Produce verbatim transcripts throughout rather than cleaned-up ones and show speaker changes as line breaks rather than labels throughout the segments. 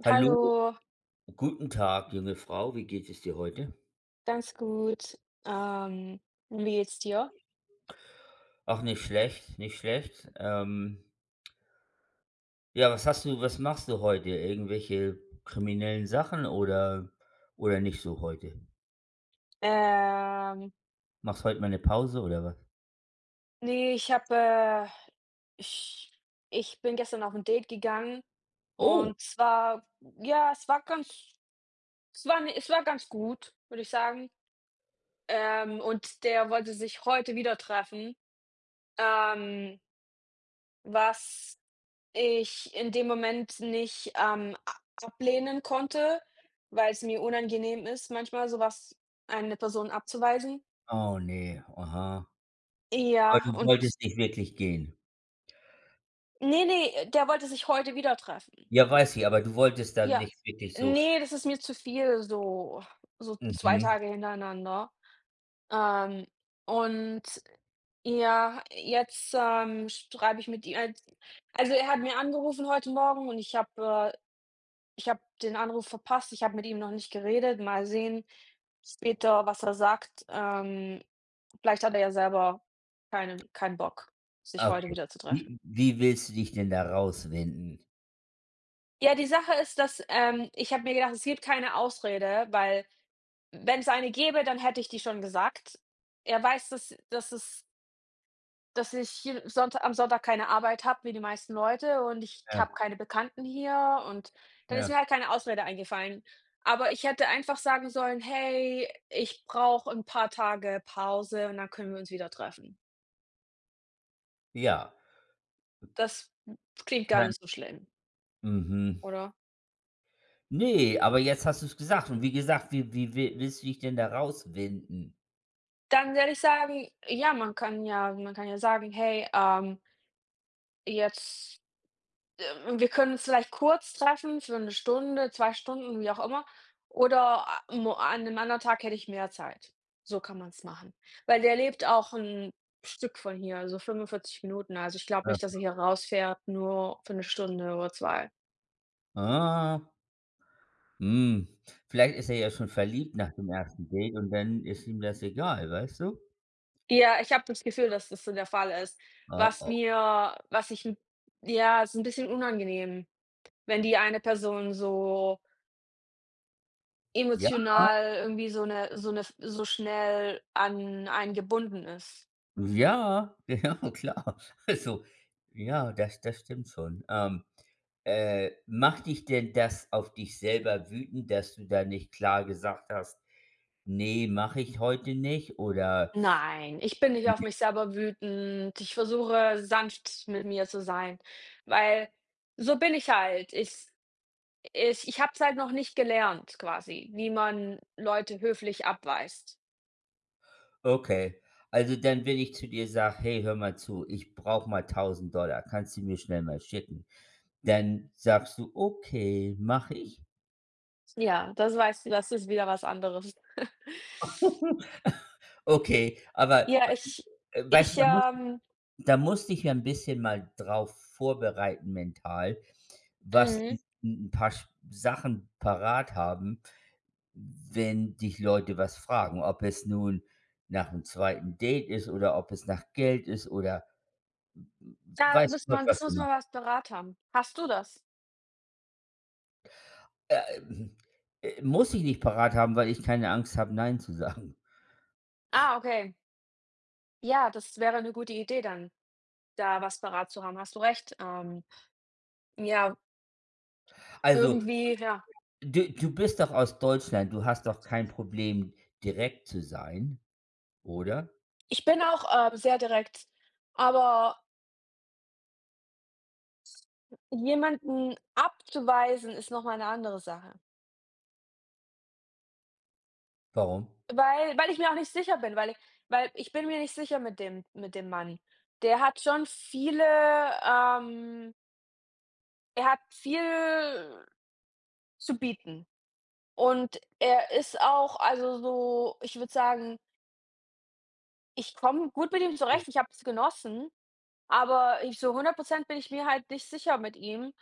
Hallo,
Hallo,
guten Tag, junge Frau. Wie geht es dir heute?
ganz gut. Ähm, Wie geht's dir?
Auch nicht schlecht, nicht schlecht. Ähm, ja, was hast du, was machst du heute? Irgendwelche kriminellen Sachen oder, oder nicht so heute?
Ähm,
Machst heute mal eine Pause oder was?
ne, ich habe äh, ich ich bin gestern auf ein Date gegangen,
Oh,
und zwar ja, es war ganz es war ne, es war ganz gut, würde ich sagen. Ähm, und der wollte sich heute wieder treffen, ähm, was ich in dem Moment nicht, ähm, a ablehnen konnte, weil es mir unangenehm ist, manchmal sowas eine Person abzuweisen.
oh nee, aha. Aber
Ja,
du
und
wolltest nicht wirklich gehen.
nee, nee, der wollte sich heute wieder treffen.
Ja, weiß ich, aber du wolltest da
Ja.
nicht wirklich so.
Ne, das ist mir zu viel, so so zwei
Mhm,
Tage hintereinander. Ähm, und ja, jetzt, ähm, schreibe ich mit ihm als also, er hat mir angerufen heute Morgen, und ich habe äh, ich habe den Anruf verpasst. Ich habe mit ihm noch nicht geredet. Mal sehen später, was er sagt. Ähm, vielleicht hat er ja selber keinen keinen Bock, sich heute
okay.
wieder zu treffen.
Wie, wie willst du dich denn da rauswinden?
Ja, die Sache ist, dass, ähm ich habe mir gedacht, es gibt keine Ausrede, weil wenn es eine gäbe, dann hätte ich die schon gesagt. Er weiß, dass dass es dass ich hier Sonntag am Sonntag keine Arbeit habe wie die meisten Leute und ich
Ja,
habe keine Bekannten hier, und dann ist
ja,
mir halt keine Ausrede eingefallen. Aber ich hätte einfach sagen sollen: „Hey, ich brauche ein paar Tage Pause und dann können wir uns wieder treffen.“
ja.
Das klingt gar
Kann,
nicht so schlimm,
mhm.
oder?
Nee, aber jetzt hast du es gesagt und wie gesagt, wie wie wi willst du dich denn da rauswinden?
Dann werde ich sagen, ja, man kann ja man kann ja sagen: „Hey, ähm.“ Jetzt, ähm wir können uns vielleicht kurz treffen für eine Stunde, zwei Stunden, wie auch immer. Oder a mo an 'nem anderen Tag hätte ich mehr Zeit. So kann man's machen. Weil der lebt auch ein Stück von hier, so fünfundvierzig Minuten. Also, ich glaube
Äh,
nicht, dass er hier rausfährt, nur für eine Stunde oder zwei.
ah, hm, Vielleicht ist er ja schon verliebt nach dem ersten Date und dann ist ihm das egal, weißt du?
Ja, ich habe das Gefühl, dass das so der Fall ist.
Ah,
Was
oh,
mir was ich 'n Ja, ist ein bisschen unangenehm, wenn die eine Person so
ja,
emotional irgendwie so eine so eine so schnell an einen gebunden ist.
ja, genau, klar. Also, ja, das das stimmt schon. Ähm, äh, macht dich denn das auf dich selber wütend, dass du da nicht klar gesagt hast: „Ne, mache ich heute nicht“ oder
Nein, ich bin nicht auf mich selber wütend. Ich versuche, sanft mit mir zu sein, weil so bin ich halt. Ich ich ich habe es halt noch nicht gelernt quasi, wie man Leute höflich abweist.
okay. Also, dann, wenn ich zu dir sage: „Hey, hör mal zu, ich brauche mal tausend Dollar, kannst du mir schnell mal schicken?“ Dann sagst du: „Okay, mache ich.“
Ja, das weißt du, das ist wieder was anderes.
Okay, aber
Ja, ich
äh, weißt
ich,
du, da musst
ähm
da musst dich ja 'n bisschen mal drauf vorbereiten mental, was du
mhm,
'n paar sch Sachen parat haben, wenn dich Leute was fragen, ob es nun nach einem zweiten Date ist oder ob es nach Geld ist oder w
da
weiß
muss
Gott
man, das
was.
muss man was, Berater haben. Hast du das?
Äh, ähm, äh, Muss ich nicht parat haben, weil ich keine Angst habe, nein zu sagen.
Ah, okay. Ja, das wäre eine gute Idee dann. Da was parat zu haben, hast du recht. Ähm, ja,
Also,
irgendwie, ja.
du du bist doch aus Deutschland, du hast doch kein Problem, direkt zu sein, oder?
Ich bin auch, äh, sehr direkt, aber jemanden abzuweisen ist noch mal 'ne andere Sache,
Warum?
weil weil ich mir auch nicht sicher bin, weil i weil ich bin mir nicht sicher mit dem mit dem Mann. Der hat schon viele, ähm er hat viel zu bieten, und er ist auch, also so, ich würde sagen, ich komme gut mit ihm zurecht. Ich habe es genossen. Aber ich so hundert Prozent bin ich mir halt nicht sicher mit ihm,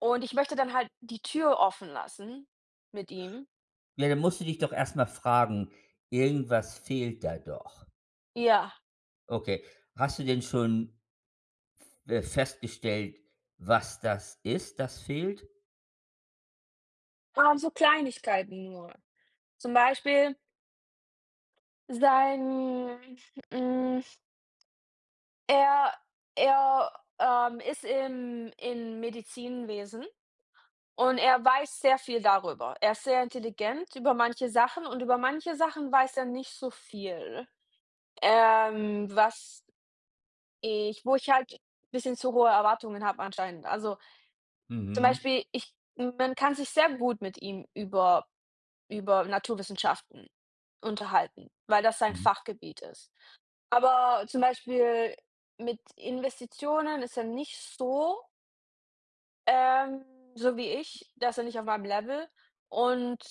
und ich möchte dann halt die Tür offen lassen mit ihm.
Ja, dann musst du dich doch erst mal fragen, irgendwas fehlt da doch.
Ja,
Okay. Hast du denn schon, äh, festgestellt, was das ist, das fehlt?
aber so Kleinigkeiten nur. Zum Beispiel sein hm, er er, ähm, ist im im Medizinwesen und er weiß sehr viel darüber. Er ist sehr intelligent über manche Sachen, und über manche Sachen weiß er nicht so viel, ähm, was ich wo ich halt ein bisschen zu hohe Erwartungen habe anscheinend. Also, zum
Mhm,
Beispiel, ich man kann sich sehr gut mit ihm über über Naturwissenschaften unterhalten, weil das sein
mhm.
Fachgebiet ist. Aber zum Beispiel mit Investitionen ist er nicht so, ähm, so wie ich, da ist er nicht auf meinem Level. Und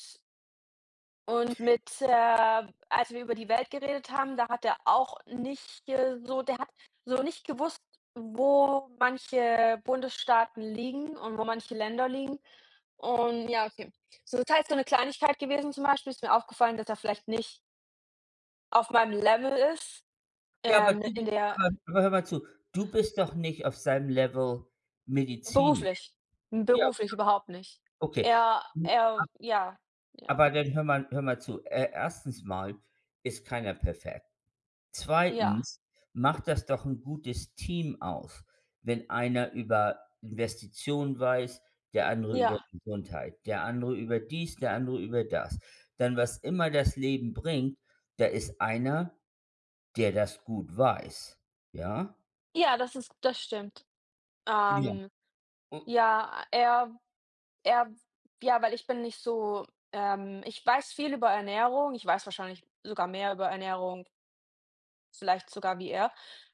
und mit, äh als wir über die Welt geredet haben, da hat er auch nicht, äh, so der hat so nicht gewusst, wo manche Bundesstaaten liegen und wo manche Länder liegen. Und ja, okay. So, das heißt, so 'ne Kleinigkeit gewesen zum Beispiel ist mir aufgefallen, dass er vielleicht nicht auf meinem Level ist,
Ja, aber
ähm,
du bi
in der
aber aber hör mal zu, du bist doch nicht auf seinem Level medizinisch.
beruflich.
Ja,
Beruflich überhaupt nicht.
okay.
Er er ja, ja,
Aber dann hör mal hör mal zu. Äh, erstens mal ist keiner perfekt.
ja,
Zweitens macht das doch ein gutes Team aus, wenn einer über Investitionen weiß, der andere über
ja.
Gesundheit, der andere über dies, der andere über das. Dann was immer das Leben bringt, da ist einer, der das gut weiß, ja?
Ja, das ist, das stimmt.
Ja.
Ähm,
U
ja, er er ja, weil ich bin nicht so, ähm, ich weiß viel über Ernährung. Ich weiß wahrscheinlich sogar mehr über Ernährung, vielleicht sogar wie er,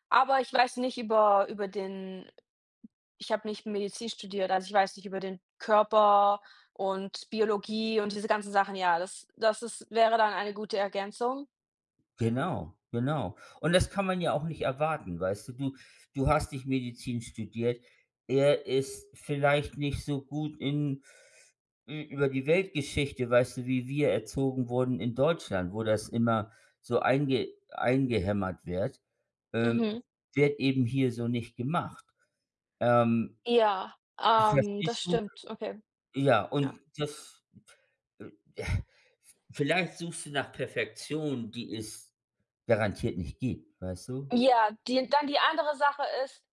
aber ich weiß nicht über über den ich habe nicht Medizin studiert, also ich weiß nicht über den Körper und Biologie und diese ganzen Sachen. Ja, das das ist wäre dann eine gute Ergänzung.
Genau, genau. Und das kann man ja auch nicht erwarten, weißt du? Du du hast nicht Medizin studiert. Er ist vielleicht nicht so gut in ü über die Weltgeschichte, weißt du, wie wir erzogen wurden in Deutschland, wo das immer so einge eingehämmert wird. Ähm,
Mhm.
Wird eben hier so nicht gemacht. Ähm,
Ja, ähm,
Verstehst
das
du?
stimmt. Okay,
Ja,
ja.
und das, äh, vielleicht suchst du nach Perfektion, die es garantiert nicht gibt, weißt du?
Ja, die dann die andere Sache ist,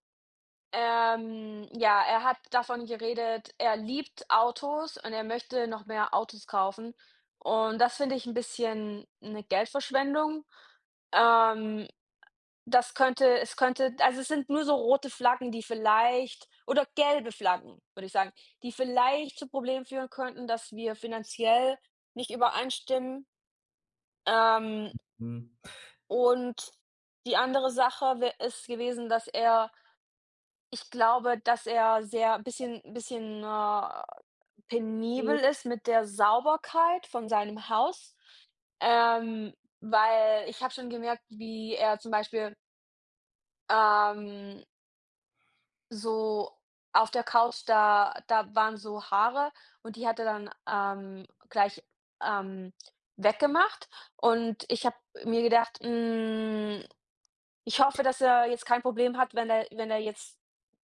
ähm, ja, er hat davon geredet, er liebt Autos und er möchte noch mehr Autos kaufen. Und das finde ich ein bisschen eine Geldverschwendung. Ähm Das könnte Es könnte, also, es sind nur so rote Flaggen, die vielleicht, oder gelbe Flaggen, würde ich sagen, die vielleicht zu Problemen führen könnten, dass wir finanziell nicht übereinstimmen. Ähm,
Mhm.
und die andere Sache wä ist gewesen, dass er, ich glaube, dass er sehr bisschen bisschen, äh, penibel ist mit der Sauberkeit von seinem Haus, ähm, weil ich habe schon gemerkt, wie er zum Beispiel, ähm So auf der Couch, da da waren so Haare und die hat er dann, ähm, gleich, ähm, weggemacht, und ich habe mir gedacht: „Hm, ich hoffe, dass er jetzt kein Problem hat, wenn er wenn er jetzt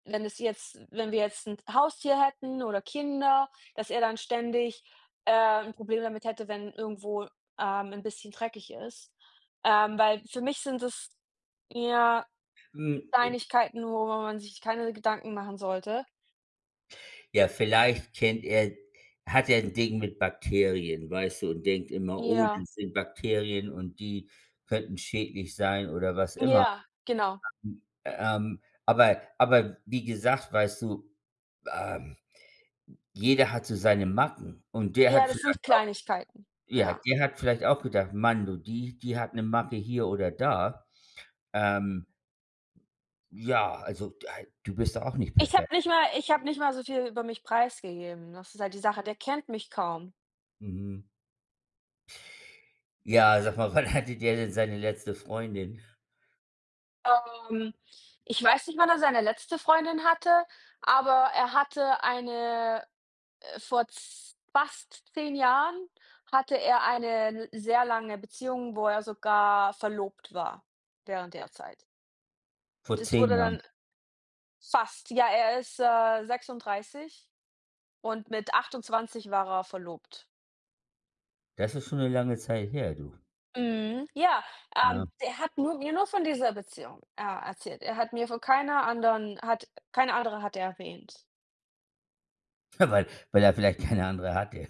wenn es jetzt wenn wir jetzt ein Haustier hätten oder Kinder, dass er dann ständig, äh, 'n Problem damit hätte, wenn irgendwo, ähm, 'n bisschen dreckig ist.“ Ähm, weil für mich sind es, ja,
Hm, äh,
Kleinigkeiten, worüber man sich keine Gedanken machen sollte.
ja, vielleicht kennt er hat er ein Ding mit Bakterien, weißt du, und denkt immer: „Oh,
Ja,
das sind Bakterien und die könnten schädlich sein“ oder was immer.
ja, genau.
Hm, ähm, aber aber wie gesagt, weißt du, ähm, jeder hat so seine Macken und der hat
Ja, das
vielleicht
sind
auch
Kleinigkeiten,
ja,
ja.
der hat vielleicht auch gedacht: „Mann, du, die die hat eine Macke hier oder da.“ Ähm, ja, also, äh, du bist doch auch nicht
Ich habe
perfekt.
nicht mal ich habe nicht mal so viel über mich preisgegeben. Das ist halt die Sache, der kennt mich kaum.
Mhm. Ja, sag mal, wann hatte der denn seine letzte Freundin?
Ähm, ich weiß nicht, wann er seine letzte Freundin hatte, aber er hatte eine, äh, vor z fast zehn Jahren hatte er eine l sehr lange Beziehung, wo er sogar verlobt war während der Zeit.
Vor
Das
zehn
wurde
Jahren.
dann fast, ja, er ist, äh, sechsunddreißig, und mit achtundzwanzig war er verlobt.
Das ist schon eine lange Zeit her, du,
Mhm, ja,
ne?
ähm, der hat nur mir nur von dieser Beziehung, äh, erzählt. Er hat mir von keiner anderen, hat keine andere hat er erwähnt.
Ja, weil weil er vielleicht keine andere hatte.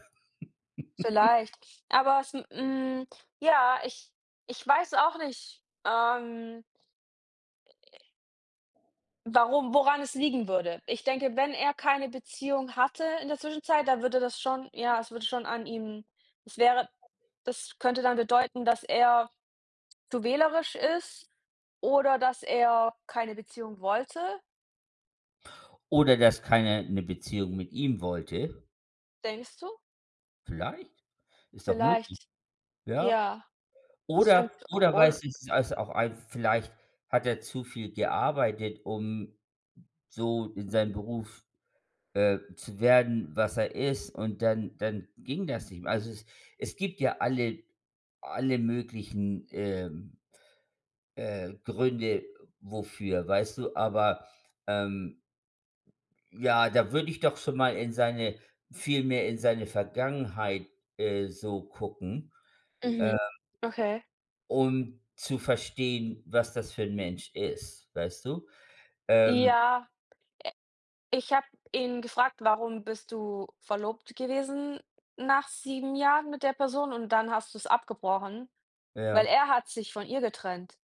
Vielleicht, aber es hm, ja, ich ich weiß auch nicht, ähm, warum woran es liegen würde. Ich denke, wenn er keine Beziehung hatte in der Zwischenzeit, dann würde das schon, ja, es würde schon an ihm, es wäre das könnte dann bedeuten, dass er zu wählerisch ist oder dass er keine Beziehung wollte,
Oder dass keiner eine Beziehung mit ihm wollte.
denkst du?
Vielleicht, ist doch möglich,
Vielleicht,
ja?
ja,
Oder
stimmt.
oder
Und
weißt du, es auch ein vielleicht hat er zu viel gearbeitet, um so in seinem Beruf, äh, zu werden, was er ist und dann dann ging das nicht mehr. Also, es es gibt ja alle alle möglichen, ähm Äh, Gründe wofür, weißt du? Aber, ähm, ja, da würde ich doch schon mal in seine viel mehr in seine Vergangenheit, äh, so gucken, äh,
mhm, okay.
um zu verstehen, was das für ein Mensch ist, weißt du? Ähm,
Ja, ich habe ihn gefragt: „Warum bist du verlobt gewesen nach sieben Jahren mit der Person und dann hast du es abgebrochen?“ Weil
ja,
er hat sich von ihr getrennt.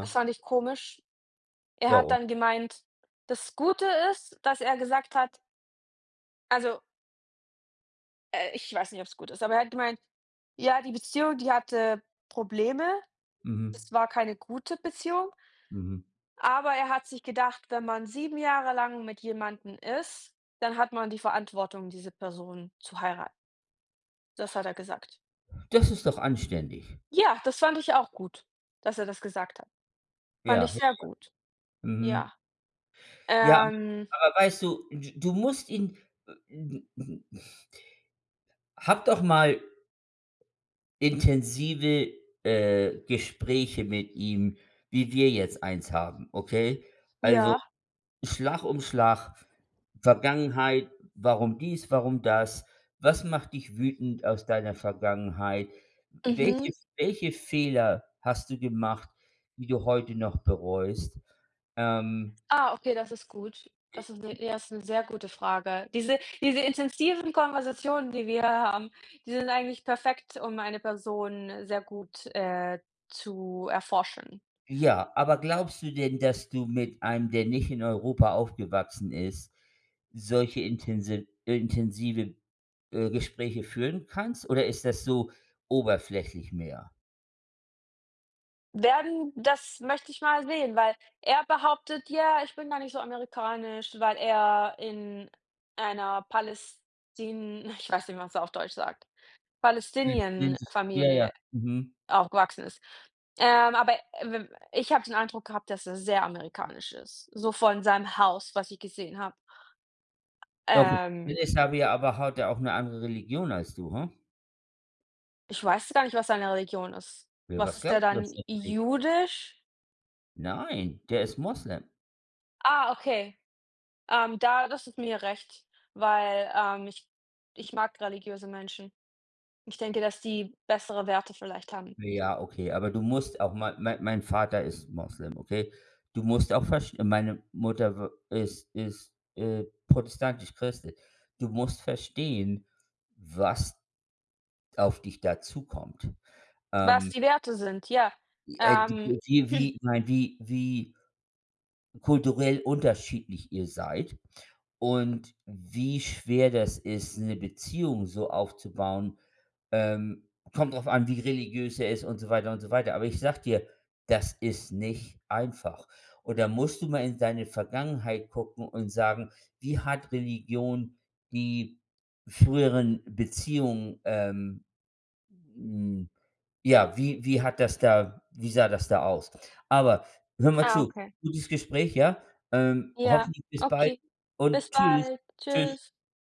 Das fand ich komisch. Er hat
Warum?
dann gemeint, das Gute ist, dass er gesagt hat, also, äh, ich weiß nicht, ob es gut ist, aber er hat gemeint: „Ja, die Beziehung, die hatte Probleme.
Mhm,
Es war keine gute Beziehung.“
mhm.
Aber er hat sich gedacht, wenn man sieben Jahre lang mit jemandem ist, dann hat man die Verantwortung, diese Person zu heiraten. Das hat er gesagt.
Das ist doch anständig.
Ja, das fand ich auch gut, dass er das gesagt hat. Fand
Ja,
ich sehr
ja,
gut.
mhm.
Ja.
Ja,
Ähm,
aber weißt du, d du musst ihn hab doch mal intensive, äh, Gespräche mit ihm, wie wir jetzt eins haben, okay? Also,
ja.
Schlag um Schlag, Vergangenheit, warum dies, warum das? Was macht dich wütend aus deiner Vergangenheit?
Mhm.
Welche welche Fehler hast du gemacht, die du heute noch bereust? Ähm
Ah, okay, das ist gut. Das ist 'ne ja, ist 'ne sehr gute Frage. Diese diese intensiven Konversationen, die wir haben, die sind eigentlich perfekt, um eine Person sehr gut, äh, zu erforschen.
Ja, aber glaubst du denn, dass du mit einem, der nicht in Europa aufgewachsen ist, solche intensiv intensive, äh, Gespräche führen kannst oder ist das so oberflächlich mehr?
Werden das möchte ich mal sehen, weil er behauptet ja, ich bin gar nicht so amerikanisch, weil er in einer Palästin ich weiß nicht, wie man's auf Deutsch sagt,
Ich bin sich- Ja, ja.
Palästinien-Familie
Mhm.
aufgewachsen ist. Ähm, aber äh, w ich habe den Eindruck gehabt, dass er sehr amerikanisch ist, so von seinem Haus, was ich gesehen habe.
Okay. Dann
Ähm,
ist aber ja aber hat er auch eine andere Religion als du, hm?
ich weiß gar nicht, was seine Religion ist.
Ja,
Was
was
ist der
glaubst du, was
dann?
für 'ne Religion?
Jüdisch?
Nein, der ist Moslem.
Ah, okay. Ähm, da, das ist mir recht, weil, ähm, ich ich mag religiöse Menschen. Ich denke, dass die bessere Werte vielleicht haben.
Ja, okay, aber du musst auch mal mein mein Vater ist Moslem, okay? Du musst auch verstehen. Meine Mutter w ist ist, äh, protestantisch-christlich. Du musst verstehen, was auf dich dazukommt.
Was
Ähm,
die Werte sind, ja.
äh, die
Ähm,
wie wie Nein, wie wie kulturell unterschiedlich ihr seid und wie schwer das ist, eine Beziehung so aufzubauen. Ähm, Kommt drauf an, wie religiös er ist und so weiter und so weiter. Aber ich sag dir, das ist nicht einfach. Und da musst du mal in deine Vergangenheit gucken und sagen: „Wie hat Religion die früheren Beziehungen, ähm, hm, ja, wie wie hat das da wie sah das da aus? Aber hör mal
Ah,
zu,
okay.
gutes Gespräch, ja? Ähm,
Ja,
hoffentlich bis bald
okay.
und
Bis
tschüss.
bald.
Tschüss.
Tschüss.